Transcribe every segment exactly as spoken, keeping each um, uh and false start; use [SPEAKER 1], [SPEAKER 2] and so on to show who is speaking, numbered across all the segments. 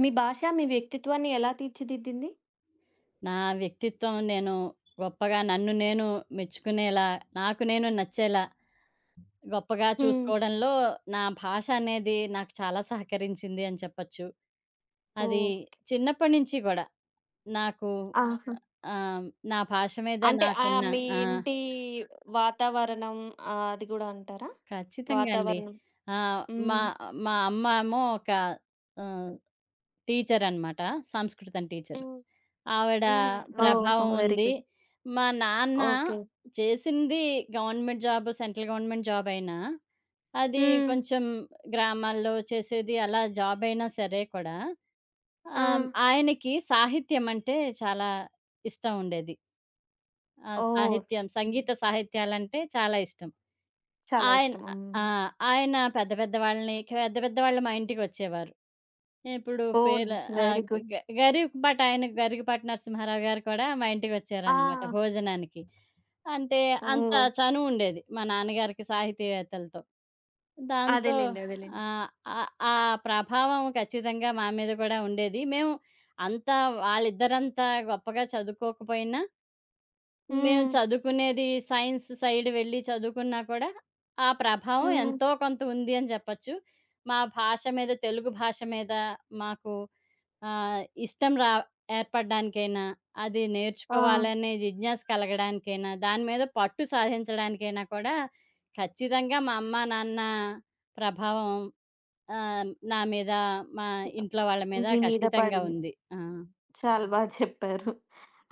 [SPEAKER 1] మీ భాష మీ వ్యక్తిత్వాన్ని ఎలా తీర్చిదిద్దింది?
[SPEAKER 2] నా వ్యక్తిత్వం నేను గొప్పగా నన్ను నేను మెచ్చుకునేలా, నాకు నేను నచ్చేలా గొప్పగా
[SPEAKER 1] హ్మ్.
[SPEAKER 2] చూసుకోవడంలో నా భాష అనేది నాకు చాలా సహకరించింది అని చెప్పొచ్చు. అది
[SPEAKER 1] ఓహ్!
[SPEAKER 2] చిన్నప్పటి నుంచి కూడా నాకు
[SPEAKER 1] ఆహా!
[SPEAKER 2] ఆహ్, నా భాష మీద
[SPEAKER 1] అంటే ఆహ్,
[SPEAKER 2] నాకున్న
[SPEAKER 1] మీ
[SPEAKER 2] ఆ!
[SPEAKER 1] ఇంటి వాతావరణం. ఆహ్, అది గూడా అంటారా?
[SPEAKER 2] ఖచ్చితంగా అండి.
[SPEAKER 1] వాతావరణం.
[SPEAKER 2] ఆహ్, మా
[SPEAKER 1] హ్మ్.
[SPEAKER 2] మా అమ్మ ఏమో ఒక ఆహ్, టీచరనమాట. సంస్కృతం టీచర్.
[SPEAKER 1] హ్మ్.
[SPEAKER 2] ఆవిడ
[SPEAKER 1] హ్మ్. ఓహో!
[SPEAKER 2] ప్రభావం
[SPEAKER 1] వెరీ
[SPEAKER 2] ఉంది.
[SPEAKER 1] గుడ్.
[SPEAKER 2] మా నాన్న
[SPEAKER 1] ఓకే.
[SPEAKER 2] చేసింది government job, central government job అయినా, అది
[SPEAKER 1] హ్మ్.
[SPEAKER 2] కొంచెం గ్రామాల్లో చేసేది అలా జాబ్ అయినా సరే కూడా,
[SPEAKER 1] ఆ!
[SPEAKER 2] ఆహ్, ఆయనకి సాహిత్యం అంటే చాలా ఇష్టం ఉండేది. ఆ!
[SPEAKER 1] ఓహ్!
[SPEAKER 2] సాహిత్యం, సంగీత సాహిత్యాలంటే చాలా ఇష్టం.
[SPEAKER 1] చాలా
[SPEAKER 2] ఆయన
[SPEAKER 1] ఇష్టం. హ్మ్.
[SPEAKER 2] ఆ! ఆయన పెద్ద పెద్ద వాళ్ళని పెద్ద పెద్ద వాళ్ళు మా ఇంటికొచ్చేవారు. ఇప్పుడు
[SPEAKER 1] ఓహ్!
[SPEAKER 2] పేర్ల ఆహ్,
[SPEAKER 1] వెరీ గుడ్.
[SPEAKER 2] గ గరీబ్‌బాట్ ఆయన 'గరికపాటి నరసింహారావు' గారు కూడా మా
[SPEAKER 1] ఆ!
[SPEAKER 2] ఇంటికొచ్చారనమాట భోజనానికి. అంటే అంత
[SPEAKER 1] ఓహ్!
[SPEAKER 2] చనువుండేది మా నాన్నగారికి సాహితీవేత్తలతో. దాంతో
[SPEAKER 1] అదేలెండి. అదేలెండి.
[SPEAKER 2] ఆహ్, ఆహ్, ఆ ప్రభావం ఖచ్చితంగా మా మీద కూడా ఉండేది. మేము అంత వాళ్ళిద్దరంత గొప్పగా చదువుకోకపోయినా, మేము
[SPEAKER 1] హ్మ్.
[SPEAKER 2] చదువుకునేది సైన్స్ సైడ్ వెళ్లి చదువుకున్నా కూడా, ఆ ప్రభావం
[SPEAKER 1] హ్మ్.
[SPEAKER 2] ఎంతో కొంత ఉంది అని చెప్పొచ్చు. మా భాష మీద తెలుగు భాష మీద మాకు ఆహ్, ఇష్టం రా ఏర్పడడానికైనా, అది
[SPEAKER 1] ఆ!
[SPEAKER 2] నేర్చుకోవాలనే జిజ్ఞాస కలగడానికైనా, దాని మీద పట్టు సాధించడానికైనా కూడా ఖచ్చితంగా మా అమ్మా, నాన్న ప్రభావం ఆహ్, నా మీద, మా ఇంట్లో వాళ్ళ మీద
[SPEAKER 1] మీ మీద
[SPEAKER 2] ఖచ్చితంగా
[SPEAKER 1] పడింది.
[SPEAKER 2] ఉంది. ఆ!
[SPEAKER 1] చాలా బా చెప్పారు.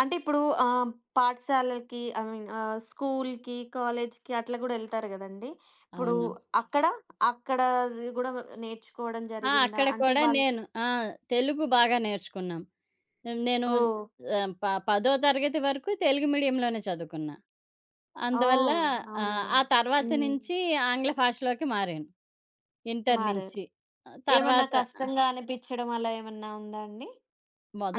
[SPEAKER 1] అంటే ఇప్పుడు ఆహ్, పాఠశాలలకి ఐ మీన్ ఆహ్, స్కూల్‌కి, కాలేజ్‌కి అట్లా గూడా ఎళ్తారు గదండీ! ఇప్పుడు
[SPEAKER 2] అవును.
[SPEAKER 1] అక్కడ, అక్కడ అది గూడా నేర్చుకోవడం
[SPEAKER 2] ఆ!
[SPEAKER 1] జరిగిందా?
[SPEAKER 2] అక్కడ
[SPEAKER 1] అంటే
[SPEAKER 2] కూడా
[SPEAKER 1] వాళ్ళు.
[SPEAKER 2] నేను ఆ! తెలుగు బాగా నేర్చుకున్నాం. నేను
[SPEAKER 1] ఓహ్!
[SPEAKER 2] ఆహ్, ప పదో తరగతి వరకు తెలుగు మీడియంలోనే చదువుకున్నా. అందువల్ల
[SPEAKER 1] ఓహ్! అవునా!
[SPEAKER 2] ఆహ్, ఆ తర్వాత
[SPEAKER 1] హ్మ్.
[SPEAKER 2] నుంచి ఆంగ్ల భాషలోకి మారాను. ఇంటర్
[SPEAKER 1] మారారు.
[SPEAKER 2] నించి. ఆహ్,
[SPEAKER 1] ఏమన్నా
[SPEAKER 2] తర్వాత
[SPEAKER 1] కష్టంగా అనిపిచ్చడం అలా ఏమన్నా ఉందా అండి?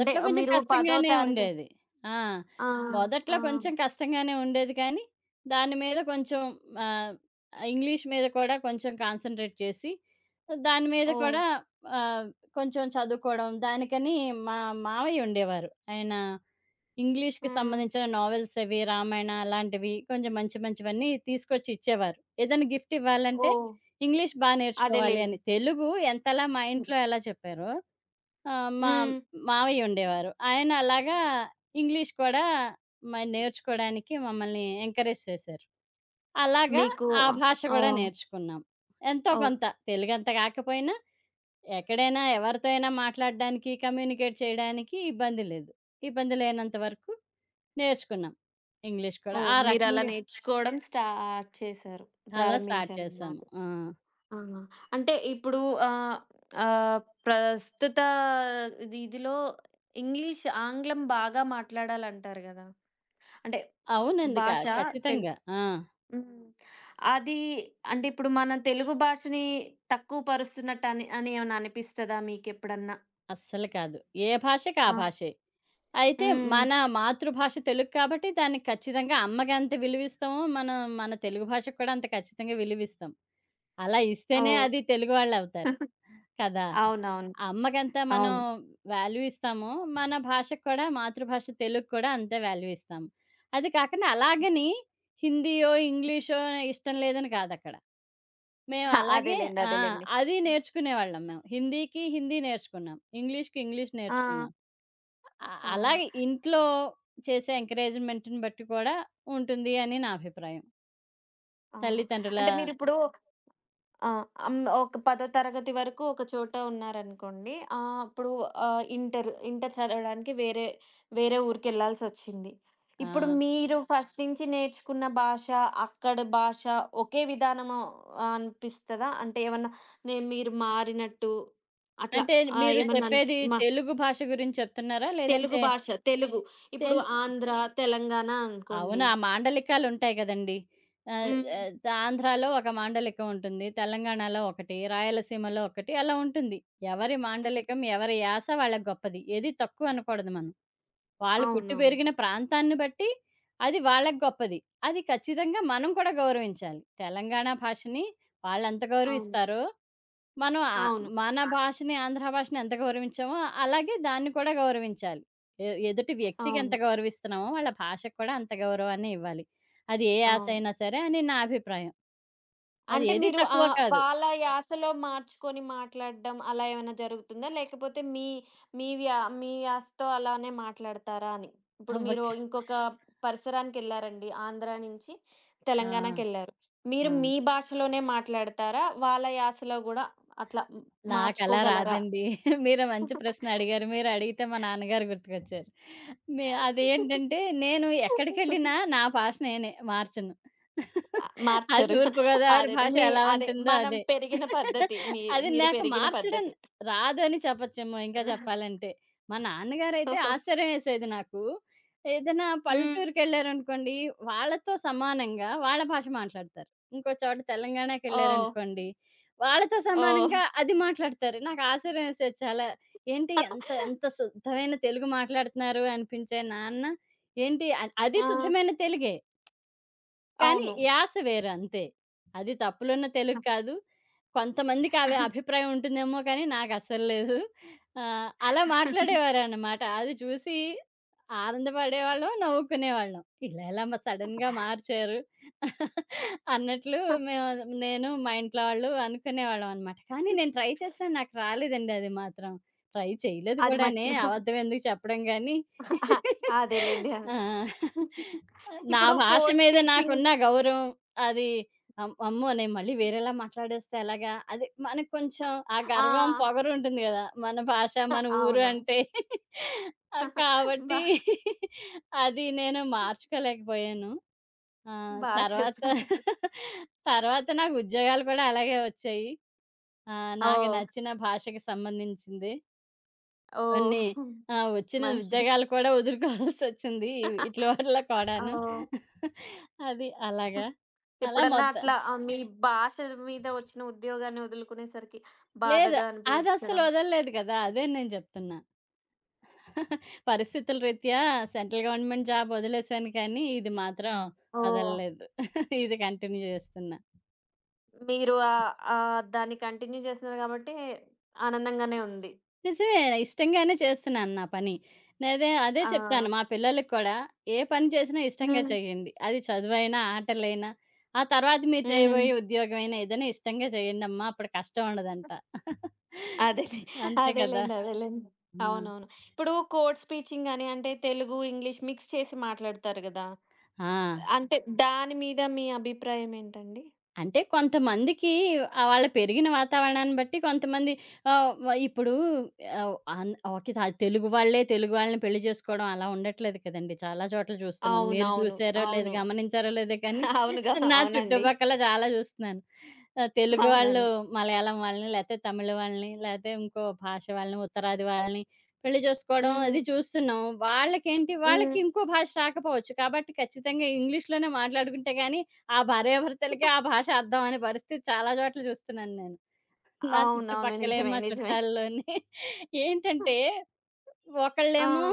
[SPEAKER 1] అంటే
[SPEAKER 2] కొంచెం
[SPEAKER 1] మీరు 10థ్
[SPEAKER 2] కష్టంగానే
[SPEAKER 1] తారీఖు.
[SPEAKER 2] ఉండేది. ఆ!
[SPEAKER 1] ఆ!
[SPEAKER 2] మొదట్లో
[SPEAKER 1] ఆ!
[SPEAKER 2] కొంచెం కష్టంగానే ఉండేది కానీ, దాని మీద కొంచెం ఆహ్, ఇంగ్లీష్ మీద కూడా కొంచెం కాన్సంట్రేట్ చేసి, దాని మీద
[SPEAKER 1] ఓహ్!
[SPEAKER 2] కూడా ఆహ్, కొంచెం చదువుకోవడం. దానికని మా మావయ్య ఉండేవారు. ఆయన ఇంగ్లీష్‌కి
[SPEAKER 1] హ్మ్.
[SPEAKER 2] సంబంధించిన నావెల్స్ అవి, రామాయణ అలాంటివి కొంచెం మంచి మంచివన్నీ తీసుకొచ్చి ఇచ్చేవారు. ఏదైనా గిఫ్ట్ ఇవ్వాలంటే
[SPEAKER 1] ఓహ్!
[SPEAKER 2] ఇంగ్లీష్ బా నేర్చుకోవాలి
[SPEAKER 1] అదేలెండి.
[SPEAKER 2] అని. తెలుగు ఎంతలా మా ఇంట్లో ఎలా చెప్పారో ఆ! మా
[SPEAKER 1] హ్మ్.
[SPEAKER 2] మావయ్య ఉండేవారు. ఆయన అలాగా ఇంగ్లీష్ కూడా మరి నేర్చుకోడానికి మమ్మల్ని ఎంకరేజ్ చేశారు. అలాగా
[SPEAKER 1] మీకు.
[SPEAKER 2] ఆ భాష కూడా
[SPEAKER 1] ఓహ్!
[SPEAKER 2] నేర్చుకున్నాం. ఎంతో
[SPEAKER 1] ఓకే.
[SPEAKER 2] కొంత తెలుగంత కాకపోయినా ఎక్కడైనా ఎవరితో అయినా మాట్లాడడానికి, కమ్యూనికేట్ చేయడానికి ఇబ్బంది లేదు. ఇబ్బంది లేనంత వరకు నేర్చుకున్నాం. ఇంగ్లీష్ కూడా
[SPEAKER 1] ఓహ్!
[SPEAKER 2] ఆ
[SPEAKER 1] మీరలా
[SPEAKER 2] రకంగా
[SPEAKER 1] నేర్చుకోవడం స్టార్ట్ చేశారు.
[SPEAKER 2] అలా స్టార్ట్
[SPEAKER 1] ప్రారంభించారనమాట.
[SPEAKER 2] చేశాము. ఆ!
[SPEAKER 1] ఆ! అంటే ఇప్పుడు ఆహ్, ఆహ్, ప్రస్తుత ఇది ఇదిలో ఇంగ్లీష్ ఆంగ్లం బాగా మాట్లాడాలంటారు గదా! అంటే
[SPEAKER 2] అవునండి. క
[SPEAKER 1] భాష తెలు.
[SPEAKER 2] ఖచ్చితంగా. ఆ!
[SPEAKER 1] హ్మ్. అది అంటే ఇప్పుడు మన తెలుగు భాషని తక్కువ పరుస్తున్నట్టు అని అని ఏమన్నా అనిపిస్తదా మీకెప్పుడన్నా?
[SPEAKER 2] అస్సలు కాదు. ఏ భాషకి ఆ
[SPEAKER 1] ఆ!
[SPEAKER 2] భాషే. అయితే
[SPEAKER 1] హ్మ్.
[SPEAKER 2] మన మాతృభాష తెలుగు కాబట్టి దానికి ఖచ్చితంగా అమ్మకి ఎంత విలువిస్తామో, మనం మన తెలుగు భాషకు కూడా అంత ఖచ్చితంగా విలువిస్తాం. అలా ఇస్తేనే
[SPEAKER 1] ఓహ్!
[SPEAKER 2] అది తెలుగువాళ్ళవుతారు. కదా!
[SPEAKER 1] అవునవును.
[SPEAKER 2] అమ్మకెంత మనం
[SPEAKER 1] అవును.
[SPEAKER 2] వాల్యూ ఇస్తామో, మన భాషకు కూడా మాతృభాష తెలుగు కూడా అంతే వాల్యూ ఇస్తాము. అది కాకుండా అలాగని హిందీయో, ఇంగ్లీషో ఇష్టం లేదని కాదక్కడ. మేము అలాగే
[SPEAKER 1] అదేలెండి.
[SPEAKER 2] ఆ!
[SPEAKER 1] అదేలెండి.
[SPEAKER 2] అది నేర్చుకునేవాళ్ళం మేము. హిందీకి హిందీ నేర్చుకున్నాం. ఇంగ్లీష్‌కి ఇంగ్లీష్
[SPEAKER 1] ఆ!
[SPEAKER 2] నేర్చుకున్నాం. అ
[SPEAKER 1] ఆ!
[SPEAKER 2] అలాగే ఇంట్లో చేసే ఎంకరేజ్‌మెంట్‌ని బట్టి కూడా ఉంటుంది అని నా అభిప్రాయం.
[SPEAKER 1] ఆహా!
[SPEAKER 2] తల్లిదండ్రుల
[SPEAKER 1] అంటే మీరిప్పుడు ఆహ్, అం ఒక పదో తరగతి వరకు ఒక చోట ఉన్నారనుకోండి. ఆహ్, అప్పుడు ఆహ్, ఇంటర్, ఇంటర్ చదవడానికి వేరే, వేరే ఊరికెళ్ళాల్సొచ్చింది. ఇప్పుడు
[SPEAKER 2] ఆహ్,
[SPEAKER 1] మీరు ఫస్ట్ నుంచి నేర్చుకున్న భాష, అక్కడి భాష ఒకే విధానము అనిపిస్తదా? అంటే ఏమన్నా నే మీరు మారినట్టు అట్లా
[SPEAKER 2] అంటే
[SPEAKER 1] ఆహ్,
[SPEAKER 2] మీరు
[SPEAKER 1] ఏమన్నా అన్
[SPEAKER 2] చెప్పేది
[SPEAKER 1] మ
[SPEAKER 2] తెలుగు భాష గురించి చెప్తున్నారా?
[SPEAKER 1] తెలుగు
[SPEAKER 2] లేదంటే
[SPEAKER 1] భాష, తెలుగు ఇప్పుడు
[SPEAKER 2] తెల్
[SPEAKER 1] ఆంధ్ర, తెలంగాణ
[SPEAKER 2] అవును.
[SPEAKER 1] అనుకోండి.
[SPEAKER 2] ఆ మాండలికాలుంటాయి గదండీ! ఆహ్,
[SPEAKER 1] హ్మ్.
[SPEAKER 2] ఆహ్, ఆంధ్రాలో ఒక మాండలికం ఉంటుంది. తెలంగాణలో ఒకటి, రాయలసీమలో ఒకటి అలా ఉంటుంది. ఎవరి
[SPEAKER 1] హ్మ్.
[SPEAKER 2] మాండలికం, ఎవరి యాస వాళ్ళకి గొప్పది. ఏది తక్కువ అనకూడదు మనం. వాళ్ళు పుట్టి
[SPEAKER 1] అవునవును.
[SPEAKER 2] పెరిగిన ప్రాంతాన్ని బట్టి అది వాళ్ళకి గొప్పది. అది ఖచ్చితంగా మనం కూడా గౌరవించాలి. తెలంగాణ భాషని వాళ్ళెంత
[SPEAKER 1] అవును.
[SPEAKER 2] గౌరవిస్తారో, మనం
[SPEAKER 1] అవును.
[SPEAKER 2] ఆహ్,
[SPEAKER 1] అవును.
[SPEAKER 2] మన భాషని, ఆంధ్ర భాషని ఎంత గౌరవించామో అలాగే దాన్ని కూడా గౌరవించాలి. ఎ ఎదుటి వ్యక్తికి ఎంత
[SPEAKER 1] అవును.
[SPEAKER 2] గౌరవిస్తున్నామో వాళ్ళ భాషకు కూడా అంత గౌరవాన్నే ఇవ్వాలి. అది ఏ యాస
[SPEAKER 1] అవును.
[SPEAKER 2] అయినా సరే అని నా అభిప్రాయం. అది
[SPEAKER 1] అంటే
[SPEAKER 2] ఏది
[SPEAKER 1] మీరు
[SPEAKER 2] తక్కువ
[SPEAKER 1] ఆహ్,
[SPEAKER 2] కాదు.
[SPEAKER 1] వాళ్ళ యాసలో మార్చుకొని మాట్లాడడం అలా ఏమైనా జరుగుతుందా? లేకపోతే మీ మీ వ్యా మీ యాసతో అలానే మాట్లాడతారా అని? ఇప్పుడు మీరు
[SPEAKER 2] అవ్వక
[SPEAKER 1] ఇంకొక పరిసరానికెళ్లారండి. ఆంధ్ర నుంచి
[SPEAKER 2] ఆ!
[SPEAKER 1] తెలంగాణకెళ్లారు.
[SPEAKER 2] ఆ!
[SPEAKER 1] మీరు మీ భాషలోనే మాట్లాడతారా? వాళ్ళ యాసలో గూడా అట్లా, హ్మ్,
[SPEAKER 2] నాకలా
[SPEAKER 1] మార్చుకోగలరా?
[SPEAKER 2] రాదండి. మీరు మంచి ప్రశ్న అడిగారు. మీరు అడిగితే మా నాన్నగారు గుర్తుకొచ్చారు. మే అదేంటంటే నేను ఎక్కడికెళ్ళినా నా భాష నేనే మార్చను.
[SPEAKER 1] ఆ!
[SPEAKER 2] అది
[SPEAKER 1] మార్చరు.
[SPEAKER 2] తూర్పుగోదావరి
[SPEAKER 1] అదదే
[SPEAKER 2] భాష
[SPEAKER 1] మీ
[SPEAKER 2] ఎలా
[SPEAKER 1] అదే
[SPEAKER 2] ఉంటుందో
[SPEAKER 1] మనం
[SPEAKER 2] అదే.
[SPEAKER 1] పెరిగిన పద్ధతి. మీ
[SPEAKER 2] అది
[SPEAKER 1] మీరు
[SPEAKER 2] నాకు
[SPEAKER 1] పెరిగిన
[SPEAKER 2] మార్చడం
[SPEAKER 1] పద్ధతి.
[SPEAKER 2] రాదు అని చెప్పొచ్చేమో ఇంకా చెప్పాలంటే. మా నాన్నగారైతే ఆశ్చర్యం యేసేది నాకు. ఏదైనా
[SPEAKER 1] హ్మ్.
[SPEAKER 2] పల్లెటూరికెళ్లారనుకోండి వాళ్ళతో సమానంగా వాళ్ళ భాష మాట్లాడతారు. ఇంకో చోట
[SPEAKER 1] ఓహ్!
[SPEAKER 2] తెలంగాణకెళ్ళారనుకోండి వాళ్ళతో
[SPEAKER 1] ఓహ్!
[SPEAKER 2] సమానంగా అది మాట్లాడతారు. నాకు ఆశ్చర్యం యేసేది చాలా. ఏంటి ఎంత ఎంత శుద్ధమైన తెలుగు మాట్లాడుతున్నారు అనిపించే నాన్న ఏంటి అ అది
[SPEAKER 1] ఆ!
[SPEAKER 2] శుద్ధమైన తెలుగే. కానీ
[SPEAKER 1] అవును.
[SPEAKER 2] యాస వేరు అంతే. అది తప్పులున్న తెలుగు కాదు. కొంతమందికి అవే అభిప్రాయం ఉంటుందేమో కానీ నాకస్సలు లేదు. ఆహ్, అలా మాట్లాడేవారనమాట. అది చూసి ఆనందపడేవాళ్ళం, నవ్వుకునేవాళ్ళం. ఇలా ఎలా మ సడెన్‌గా మార్చారు అన్నట్లు మేము నేను మా ఇంట్లో వాళ్ళు అనుకునేవాళ్ళం అనమాట. కానీ నేను ట్రై చేసినా నాకు రాలేదండి అది మాత్రం. ట్రై చేయలేదు
[SPEAKER 1] అది మట్.
[SPEAKER 2] కూడానే. అబద్ధం ఎందుకు చెప్పడం గాని.
[SPEAKER 1] అదేలెండి. అదే.
[SPEAKER 2] ఆ! నా
[SPEAKER 1] ఇప్పుడు
[SPEAKER 2] భాష
[SPEAKER 1] కోర్ట్
[SPEAKER 2] మీద
[SPEAKER 1] స్పీచింగ్.
[SPEAKER 2] నాకున్న గౌరవం అది అమ్ అమ్మో! నేను మళ్ళీ వేరేలా మాట్లాడేస్తే ఎలాగా? అది మనకు కొంచెం ఆ గర్వం,
[SPEAKER 1] ఆ!
[SPEAKER 2] పొగరు ఉంటుంది గదా! మన భాష, మన ఊరు
[SPEAKER 1] అవును.
[SPEAKER 2] అంటే. ఆహ్, కాబట్టి
[SPEAKER 1] బా
[SPEAKER 2] అది నేను మార్చుకోలేకపోయాను. ఆహ్,
[SPEAKER 1] బా
[SPEAKER 2] తర్వాత
[SPEAKER 1] చెప్పారు.
[SPEAKER 2] తర్వాత నాకు ఉద్యోగాలు కూడా అలాగే వచ్చాయి. ఆహ్, నాకు
[SPEAKER 1] ఓహ్!
[SPEAKER 2] నచ్చిన భాషకి సంబంధించింది. కొన్ని
[SPEAKER 1] ఓహ్!
[SPEAKER 2] ఆహ్, వచ్చిన
[SPEAKER 1] మంచిది.
[SPEAKER 2] ఉద్యోగాలు కూడా వదులుకోవాల్సొచ్చింది. ఈట్ల వల్ల కూడాను.
[SPEAKER 1] ఓహ్!
[SPEAKER 2] అది అలాగా. అలా
[SPEAKER 1] ఎప్పుడన్నా
[SPEAKER 2] మొత్తం
[SPEAKER 1] అట్లా ఆహ్, మీ భాష మీద వచ్చిన ఉద్యోగాన్ని వదులుకునేసరికి
[SPEAKER 2] లేదు.
[SPEAKER 1] బాధగా
[SPEAKER 2] అదస్సలు
[SPEAKER 1] అనిపించడం.
[SPEAKER 2] వదలలేదు కదా! అదే నేను చెప్తున్నా. పరిస్థితుల రీత్యా సెంట్రల్ గవర్నమెంట్ జాబ్ వదిలేసాను కానీ, ఇది మాత్రం
[SPEAKER 1] ఓహ్!
[SPEAKER 2] వదలలేదు. ఇది కంటిన్యూ చేస్తున్నా.
[SPEAKER 1] మీరు ఆహ్, ఆహ్, దాన్ని కంటిన్యూ చేస్తున్నారు కాబట్టి ఆనందంగానే ఉంది.
[SPEAKER 2] నిజమే. ఇష్టంగానే చేస్తున్నాను నా పని. నేదే అదే చెప్తాను
[SPEAKER 1] ఆ!
[SPEAKER 2] మా పిల్లలకి కూడా, ఏ పని చేసినా ఇష్టంగా
[SPEAKER 1] హ్మ్.
[SPEAKER 2] చేయండి. అది చదువైనా, ఆటలైనా, ఆ తర్వాత మీరు
[SPEAKER 1] హ్మ్.
[SPEAKER 2] చేయబోయే ఉద్యోగమైనా ఏదైనా ఇష్టంగా చేయండమ్మా! అప్పుడు కష్టం ఉండదంట.
[SPEAKER 1] అదే.
[SPEAKER 2] అంతే కదా!
[SPEAKER 1] అదేలెండి. అదేలెండి.
[SPEAKER 2] ఆ!
[SPEAKER 1] అవునవును. ఇప్పుడు కోడ్ స్పీచింగ్ అని అంటే తెలుగు, ఇంగ్లీష్ మిక్స్ చేసి మాట్లాడతారు గదా!
[SPEAKER 2] ఆ!
[SPEAKER 1] అంటే దాని మీద మీ అభిప్రాయం ఏంటండి?
[SPEAKER 2] అంటే కొంతమందికి ఆహ్, వాళ్ళ పెరిగిన వాతావరణాన్ని బట్టి కొంతమంది ఆహ్, వ ఇప్పుడు ఆహ్, అన్ ఓకే. త తెలుగు వాళ్ళే తెలుగు వాళ్ళని పెళ్లి చేసుకోవడం అలా ఉండట్లేదు కదండీ! చాలా చోట్ల చూస్తున్నాం. మీరు
[SPEAKER 1] అవునవును.
[SPEAKER 2] చూసారో లేదో
[SPEAKER 1] అవును.
[SPEAKER 2] గమనించారో లేదో కానీ
[SPEAKER 1] అవునుగా.
[SPEAKER 2] నా
[SPEAKER 1] అవునండి.
[SPEAKER 2] చుట్టుపక్కల చాలా చూస్తున్నాను. ఆ! తెలుగు వాళ్ళు
[SPEAKER 1] అవునవును.
[SPEAKER 2] మలయాళం వాళ్ళని, లేతే తమిళ్ వాళ్ళని, లేతే ఇంకో భాష వాళ్ళని, ఉత్తరాది వాళ్ళని పెళ్లి జేసుకోవడం
[SPEAKER 1] హ్మ్.
[SPEAKER 2] అది చూస్తున్నాం. వాళ్ళకేంటి వాళ్ళకి
[SPEAKER 1] హ్మ్.
[SPEAKER 2] ఇంకో భాష రాకపోవచ్చు. కాబట్టి ఖచ్చితంగా ఇంగ్లీష్‌లోనే మాట్లాడుకుంటే గాని, ఆ భార్యాభర్తలకే ఆ భాష అర్థం అనే పరిస్థితి చాలా చోట్ల చూస్తున్నాను నేను. నా
[SPEAKER 1] అవునవును.
[SPEAKER 2] చుట్టుపక్కలే
[SPEAKER 1] నిజమే.
[SPEAKER 2] మా
[SPEAKER 1] నిజమే.
[SPEAKER 2] చుట్టాల్లోనే ఏంటంటే
[SPEAKER 1] ఆ!
[SPEAKER 2] ఒకళ్ళేమో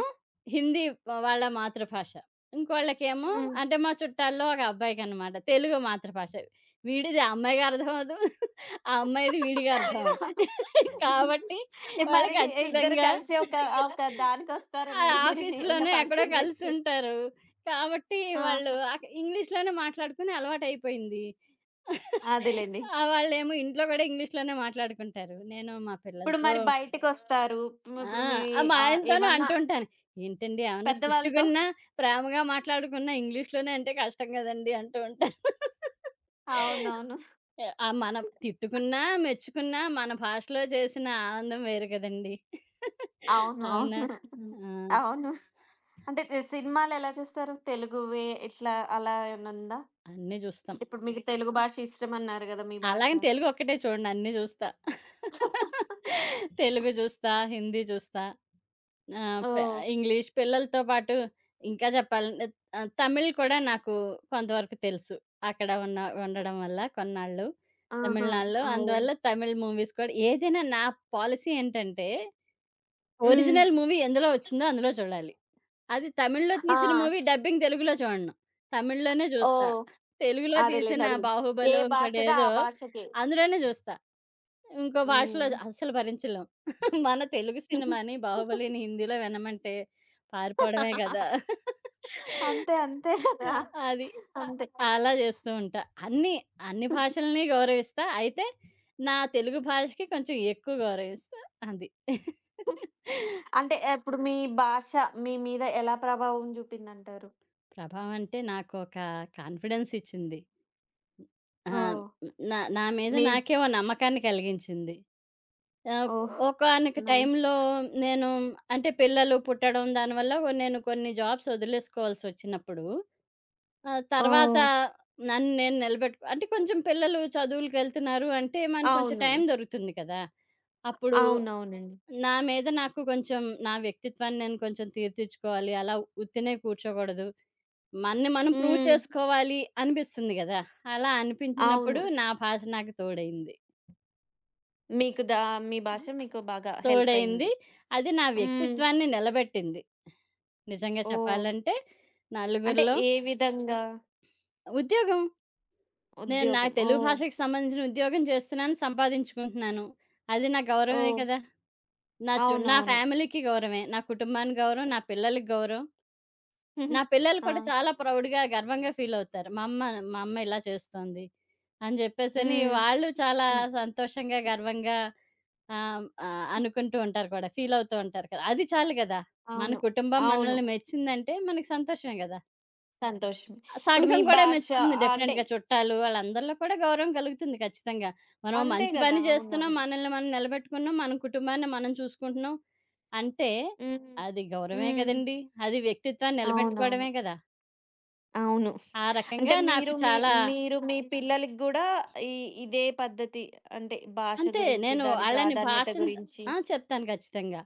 [SPEAKER 2] హిందీ వాళ్ళ మాతృభాష. ఇంకోళ్ళకేమో
[SPEAKER 1] హ్మ్.
[SPEAKER 2] అంటే మా చుట్టాల్లో ఒక అబ్బాయికనమాట తెలుగు మాతృభాష. వీడిది ఆ అమ్మాయికి అర్థమవ్వదు. ఆ అమ్మాయిది వీడికి అర్థమవ్వదు.
[SPEAKER 1] లేదా?
[SPEAKER 2] కాబట్టి
[SPEAKER 1] ఏ
[SPEAKER 2] వాళ్ళు
[SPEAKER 1] మరి ఇద్దరు
[SPEAKER 2] ఖచ్చితంగా
[SPEAKER 1] కలిసి ఒక ఒక
[SPEAKER 2] ఆ
[SPEAKER 1] దానికొస్తారండి. మీరు ఏమన్నా
[SPEAKER 2] ఆఫీస్‌లోనే ఎక్కడో
[SPEAKER 1] ఫంక్షన్ చేస్తే.
[SPEAKER 2] కలిసుంటారు. కాబట్టి
[SPEAKER 1] ఆ!
[SPEAKER 2] వాళ్ళు అక్ ఇంగ్లీష్‌లోనే మాట్లాడుకుని అలవాటయిపోయింది.
[SPEAKER 1] అదేలెండి.
[SPEAKER 2] ఆ! వాళ్ళేమో ఇంట్లో కూడా ఇంగ్లీష్‌లోనే మాట్లాడుకుంటారు. నేను మా
[SPEAKER 1] ఇప్పుడు
[SPEAKER 2] పిల్లలతో
[SPEAKER 1] మరి బయటికొస్తారు. హ్మ్,
[SPEAKER 2] ఆ!
[SPEAKER 1] ఇప్పుడు మీ
[SPEAKER 2] ఆహ్, మా
[SPEAKER 1] ఆహ్,
[SPEAKER 2] ఆయనతోనూ
[SPEAKER 1] ఏమన్నా
[SPEAKER 2] అంటుంటాను. ఏంటండి ఏమన్నా
[SPEAKER 1] పెద్దవాళ్ళతో.
[SPEAKER 2] తిట్టుకున్నా, ప్రేమగా మాట్లాడుకున్నా ఇంగ్లీష్‌లోనే అంటే కష్టం గదండీ! అంటూ ఉంటాను.
[SPEAKER 1] అవునవును.
[SPEAKER 2] ఆ! మనం తిట్టుకున్నా, మెచ్చుకున్నా మన భాషలో చేసిన ఆనందం వేరు కదండీ!
[SPEAKER 1] అవును. అవును.
[SPEAKER 2] అవునా?
[SPEAKER 1] హ్మ్.
[SPEAKER 2] ఆ!
[SPEAKER 1] అవును. అంటే తె సినిమాలెలా చూస్తారు? తెలుగువే ఇట్లా అలా ఏమన్నా ఉందా?
[SPEAKER 2] అన్నీ జూస్తాం.
[SPEAKER 1] అంటే ఇప్పుడు మీకు తెలుగు భాష ఇష్టమన్నారు గదా! మీ భాష.
[SPEAKER 2] అలాగని తెలుగు ఒక్కటే చూడను అన్నీ జూస్తా. తెలుగు జూస్తా, హిందీ జూస్తా. ఆ! పె
[SPEAKER 1] ఓహ్!
[SPEAKER 2] ఇంగ్లీష్ పిల్లలతో పాటు ఇంకా చెప్పాలంటే ఆహ్, తమిళ్ కూడా నాకు కొంతవరకు తెలుసు. అక్కడ ఉన్న ఉండడం వల్ల కొన్నాళ్ళు
[SPEAKER 1] ఆహా!
[SPEAKER 2] తమిళనాడులో.
[SPEAKER 1] ఓహ్!
[SPEAKER 2] అందువల్ల తమిళ్ మూవీస్ కూడా ఏదైనా నా పాలిసీ ఏంటంటే,
[SPEAKER 1] హ్మ్.
[SPEAKER 2] ఒరిజినల్ మూవీ ఎందులో వచ్చిందో అందులో చూడాలి. అది తమిళ్లో తీసిన
[SPEAKER 1] ఆ!
[SPEAKER 2] మూవీ డబ్బింగ్ తెలుగులో చూడను. తమిళ్లోనే చూస్తా.
[SPEAKER 1] ఓహ్!
[SPEAKER 2] తెలుగులో
[SPEAKER 1] అదేలెండి.
[SPEAKER 2] తీసిన
[SPEAKER 1] అదేలెండి. ఏ
[SPEAKER 2] 'బాహుబలో'
[SPEAKER 1] భాషదో
[SPEAKER 2] ఇంకోటేదో
[SPEAKER 1] ఆ భాషకే.
[SPEAKER 2] అందులోనే చూస్తా. ఇంకో భాషలో
[SPEAKER 1] హ్మ్.
[SPEAKER 2] అస్సలు భరించలేం. మన తెలుగు సినిమాని 'బాహుబలిని' హిందీలో వినమంటే పారిపోవడమే గదా!
[SPEAKER 1] అంతే. అంతే కదా!
[SPEAKER 2] ఆ! అది. అ
[SPEAKER 1] అంతే.
[SPEAKER 2] అలా జేస్తూ ఉంటా. అన్నీ, అన్ని భాషల్ని గౌరవిస్తా. అయితే నా తెలుగు భాషకి కొంచెం ఎక్కువ గౌరవిస్తా. అది.
[SPEAKER 1] అంటే ఇప్పుడు మీ భాష మీ మీద ఎలా ప్రభావం చూపిందంటారు?
[SPEAKER 2] ప్రభావం అంటే నాకొక కాన్ఫిడెన్స్ ఇచ్చింది. ఆ!
[SPEAKER 1] ఓహ్!
[SPEAKER 2] నా నా మీద
[SPEAKER 1] మీ.
[SPEAKER 2] నాకే ఓ నమ్మకాన్ని కలిగించింది. ఆహ్,
[SPEAKER 1] ఓహ్!
[SPEAKER 2] ఒకానొక
[SPEAKER 1] నైస్.
[SPEAKER 2] టైంలో నేను అంటే పిల్లలు పుట్టడం దానివల్ల నేను కొన్ని జాబ్స్ వదిలేసుకోవాల్సొచ్చినప్పుడు ఆహ్, తర్వాత
[SPEAKER 1] ఓహ్!
[SPEAKER 2] నన్ను నేను నిలబెట్టుకో అంటే కొంచెం పిల్లలు చదువులకెళ్తున్నారు అంటే మనకు కొంచెం
[SPEAKER 1] అవును.
[SPEAKER 2] టైం దొరుకుతుంది కదా! అప్పుడు
[SPEAKER 1] అవునవునండి.
[SPEAKER 2] నా మీద నాకు కొంచెం నా వ్యక్తిత్వాన్ని నేను కొంచెం తీర్చిచ్చుకోవాలి. అలా ఉత్తినే కూర్చోకూడదు. మనని మనం ప్రూవ్
[SPEAKER 1] హ్మ్.
[SPEAKER 2] చేసుకోవాలి అనిపిస్తుంది గదా! అలా అనిపించినప్పుడు
[SPEAKER 1] అవును.
[SPEAKER 2] నా భాష నాకు తోడైంది.
[SPEAKER 1] మీకు దా మీ భాష మీకు బాగా హెల్ప్
[SPEAKER 2] తోడైంది.
[SPEAKER 1] అయింది.
[SPEAKER 2] అది నా
[SPEAKER 1] హ్మ్.
[SPEAKER 2] వ్యక్తిత్వాన్ని నిలబెట్టింది. నిజంగా
[SPEAKER 1] ఓహ్!
[SPEAKER 2] చెప్పాలంటే
[SPEAKER 1] అంటే
[SPEAKER 2] నలుగురిలో
[SPEAKER 1] ఏ విధంగా?
[SPEAKER 2] ఉద్యోగం. నేను నాకు
[SPEAKER 1] ఉద్యోగం.
[SPEAKER 2] తెలుగు
[SPEAKER 1] ఓహ్!
[SPEAKER 2] భాషకి సంబంధించిన ఉద్యోగం చేస్తున్నాను, సంపాదించుకుంటున్నాను. అది నా గౌరవమే
[SPEAKER 1] ఓహ్!
[SPEAKER 2] కదా! నా చు నా
[SPEAKER 1] అవునవును.
[SPEAKER 2] ఫ్యామిలీకి గౌరవమే. నా కుటుంబానికి గౌరవం. నా పిల్లలకి గౌరవం. నా పిల్లలు కూడా
[SPEAKER 1] ఆ!
[SPEAKER 2] చాలా ప్రౌడ్‌గా, గర్వంగా ఫీలవుతారు. మా అమ్మ మా అమ్మ ఇలా చేస్తోంది అని జెప్పేసని
[SPEAKER 1] హ్మ్.
[SPEAKER 2] వాళ్ళు చాలా
[SPEAKER 1] హ్మ్.
[SPEAKER 2] సంతోషంగా, గర్వంగా ఆహ్, ఆహ్, అనుకుంటూ ఉంటారు కూడా. ఫీలవుతూ ఉంటారు కదా! అది చాలు గదా! మన
[SPEAKER 1] అవును.
[SPEAKER 2] కుటుంబం
[SPEAKER 1] అవును.
[SPEAKER 2] మనల్ని మెచ్చిందంటే మనకి సంతోషమే గదా!
[SPEAKER 1] సంతోషమే. ఇప్పుడు మీ
[SPEAKER 2] సంఘం కూడా
[SPEAKER 1] భాష
[SPEAKER 2] మెచ్చుతుంది
[SPEAKER 1] ఆ, అంటే
[SPEAKER 2] డెఫినెట్‌గా. చుట్టాలు వాళ్ళందరిలో కూడా గౌరవం కలుగుతుంది ఖచ్చితంగా. మనం
[SPEAKER 1] అంతే
[SPEAKER 2] మంచి పని
[SPEAKER 1] గదా!
[SPEAKER 2] జేస్తున్నాం,
[SPEAKER 1] అవునవును.
[SPEAKER 2] మనల్ని మనం నిలబెట్టుకున్నాం, మన కుటుంబాన్ని మనం చూసుకుంటున్నాం అంటే
[SPEAKER 1] హ్మ్.
[SPEAKER 2] అది గౌరవమే
[SPEAKER 1] హ్మ్.
[SPEAKER 2] కదండీ! అది వ్యక్తిత్వాన్ని
[SPEAKER 1] అవునవును.
[SPEAKER 2] నిలబెట్టుకోవడమే కదా!
[SPEAKER 1] అవును.
[SPEAKER 2] ఆ రకంగా
[SPEAKER 1] అంటే
[SPEAKER 2] నాకు
[SPEAKER 1] మీరు మీ
[SPEAKER 2] చాలా
[SPEAKER 1] మీరు మీ పిల్లలకి గూడా ఈ ఇదే పద్ధతి అంటే భాష
[SPEAKER 2] అంతే
[SPEAKER 1] గురించి,
[SPEAKER 2] నేను
[SPEAKER 1] దాని
[SPEAKER 2] ఆళ్ళని
[SPEAKER 1] ప్రాధాన్యత
[SPEAKER 2] భాషను
[SPEAKER 1] గురించి.
[SPEAKER 2] ఆ! చెప్తాను ఖచ్చితంగా.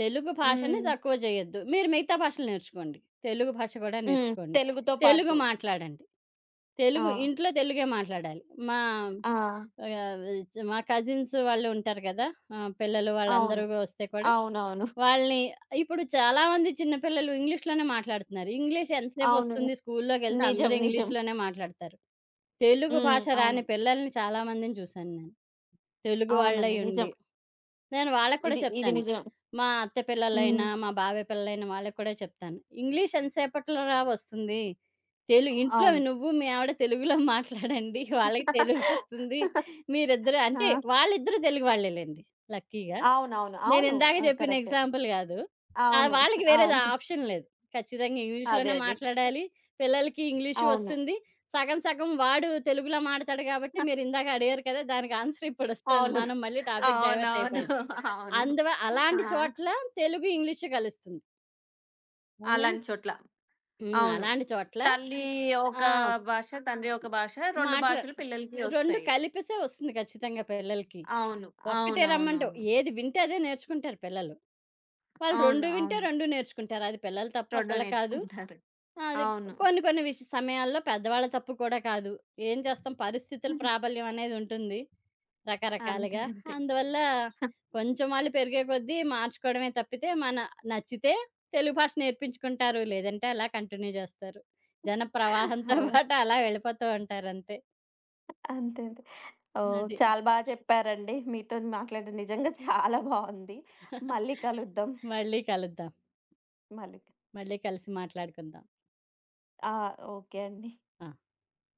[SPEAKER 2] తెలుగు భాషని
[SPEAKER 1] హ్మ్.
[SPEAKER 2] తక్కువ చేయొద్దు. మీరు మిగతా భాషలు నేర్చుకోండి. తెలుగు భాష కూడా
[SPEAKER 1] హ్మ్.
[SPEAKER 2] నేర్చుకోండి.
[SPEAKER 1] తెలుగుతో
[SPEAKER 2] తెలుగు
[SPEAKER 1] పాటు.
[SPEAKER 2] మాట్లాడండి.
[SPEAKER 1] ఆ!
[SPEAKER 2] తెలుగు ఇంట్లో తెలుగే మాట్లాడాలి. మా
[SPEAKER 1] ఆ!
[SPEAKER 2] ఆహ్, మా కజిన్స్ వాళ్ళు ఉంటారు కదా! ఆహ్, పిల్లలు
[SPEAKER 1] అవును.
[SPEAKER 2] వాళ్ళందరూ వస్తే కూడా
[SPEAKER 1] అవునవును.
[SPEAKER 2] వాళ్ళని ఇప్పుడు చాలామంది చిన్న పిల్లలు ఇంగ్లీష్‌లోనే మాట్లాడుతున్నారు. ఇంగ్లీష్
[SPEAKER 1] అవును.
[SPEAKER 2] ఎంతసేపొస్తుంది స్కూల్లోకెళ్తే
[SPEAKER 1] నిజం.
[SPEAKER 2] అందరూ
[SPEAKER 1] నిజం.
[SPEAKER 2] ఇంగ్లీష్‌లోనే మాట్లాడతారు. తెలుగు
[SPEAKER 1] హ్మ్.
[SPEAKER 2] భాష
[SPEAKER 1] అవును.
[SPEAKER 2] రాని పిల్లల్ని చాలామందిని చూశాను నేను. తెలుగు వాళ్ళై
[SPEAKER 1] అవునండి. నిజం.
[SPEAKER 2] ఉండి. నేను వాళ్ళకి కూడా
[SPEAKER 1] ఇది ఇది
[SPEAKER 2] చెప్తాను.
[SPEAKER 1] నిజం.
[SPEAKER 2] మా అత్త
[SPEAKER 1] హ్మ్.
[SPEAKER 2] పిల్లలైనా, మా బాబాయ్ పిల్లలైనా వాళ్ళకి కూడా చెప్తాను. ఇంగ్లీష్ ఎంతసేపట్లో రా వస్తుంది. తెలు ఇంట్లో
[SPEAKER 1] అవును.
[SPEAKER 2] నువ్వు మీ ఆవిడ తెలుగులో మాట్లాడండి. వాళ్ళకి తెలుగొస్తుంది. మీరిద్దరూ అంటే
[SPEAKER 1] ఆ!
[SPEAKER 2] వాళ్ళిద్దరూ తెలుగు వాళ్ళేలెండి లక్కీగా.
[SPEAKER 1] అవునవును. అవును.
[SPEAKER 2] నేనిందాక
[SPEAKER 1] ఆ!
[SPEAKER 2] చెప్పిన
[SPEAKER 1] కరెక్టే.
[SPEAKER 2] ఎగ్జాంపుల్ గాదు. ఆహ్,
[SPEAKER 1] అవును.
[SPEAKER 2] వాళ్ళకి వేరేది
[SPEAKER 1] అవును.
[SPEAKER 2] ఆప్షన్ లేదు. ఖచ్చితంగా
[SPEAKER 1] అదే
[SPEAKER 2] ఇంగ్లీష్‌లోనే
[SPEAKER 1] అదే.
[SPEAKER 2] మాట్లాడాలి. పిల్లలకి ఇంగ్లీషు
[SPEAKER 1] అవును.
[SPEAKER 2] వస్తుంది. సగం సగం వాడు తెలుగులో మాడతాడు గాబట్టి మీరిందాక అడిగారు కదా! దానికి ఆన్సర్ ఇప్పుడొస్తుంది.
[SPEAKER 1] అవును.
[SPEAKER 2] మనం మళ్ళీ టాపిక్ డైవర్ట్
[SPEAKER 1] అవునవును.
[SPEAKER 2] అయిపోయాం.
[SPEAKER 1] అవును.
[SPEAKER 2] అందువ
[SPEAKER 1] ఆ!
[SPEAKER 2] అలాంటి చోట్ల తెలుగు, ఇంగ్లీషు కలుస్తుంది. అవునా?
[SPEAKER 1] అలాంటి చోట్ల.
[SPEAKER 2] హ్మ్.
[SPEAKER 1] అవును.
[SPEAKER 2] అలాంటి చోట్ల
[SPEAKER 1] తల్లి ఒక
[SPEAKER 2] ఆ!
[SPEAKER 1] భాష, తండ్రి ఒక భాష రెండు
[SPEAKER 2] మాట్లా
[SPEAKER 1] భాషలు పిల్లలకి
[SPEAKER 2] రెండు
[SPEAKER 1] వస్తాయి.
[SPEAKER 2] కలిపేసే వస్తుంది ఖచ్చితంగా పిల్లలకి.
[SPEAKER 1] అవును.
[SPEAKER 2] ఒక్కటే రమ్మంటే
[SPEAKER 1] అవునవునవును.
[SPEAKER 2] ఏది వింటే అదే నేర్చుకుంటారు పిల్లలు. వాళ్ళు రెండు
[SPEAKER 1] అవును.
[SPEAKER 2] వింటే
[SPEAKER 1] అవును.
[SPEAKER 2] రెండు నేర్చుకుంటారు. అది పిల్లల తప్పు
[SPEAKER 1] రెండు
[SPEAKER 2] అసలు కాదు.
[SPEAKER 1] నేర్చుకుంటారు.
[SPEAKER 2] ఆ, అది
[SPEAKER 1] అవును.
[SPEAKER 2] కొన్ని కొన్ని విష సమయాల్లో పెద్దవాళ్ళ తప్పు కూడా కాదు. ఏం చేస్తాం పరిస్థితుల ప్రాబల్యం అనేది ఉంటుంది.
[SPEAKER 1] అంతే.
[SPEAKER 2] రకరకాలుగా.
[SPEAKER 1] అంతే.
[SPEAKER 2] అందువల్ల కొంచెం వాళ్ళు పెరిగే కొద్దీ మార్చుకోవడమే తప్పితే మన నచ్చితే తెలుగు భాష నేర్పించుకుంటారు. లేదంటే అలా కంటిన్యూ చేస్తారు. జన ప్రవాహంతో
[SPEAKER 1] అవును.
[SPEAKER 2] పాటు అలా వెళ్ళిపోతూ ఉంటారు అంతే.
[SPEAKER 1] అంతే. అంతే. ఓహ్!
[SPEAKER 2] అది.
[SPEAKER 1] చాలా బా చెప్పారండి. మీతోని మాట్లాడడం నిజంగా చాలా బావుంది. మళ్ళీ కలుద్దాం.
[SPEAKER 2] మళ్ళీ కలుద్దాం.
[SPEAKER 1] మళ్ళీ
[SPEAKER 2] మళ్ళీ కలిసి మాట్లాడుకుందాం.
[SPEAKER 1] ఆ! ఓకే అండి.
[SPEAKER 2] ఆ!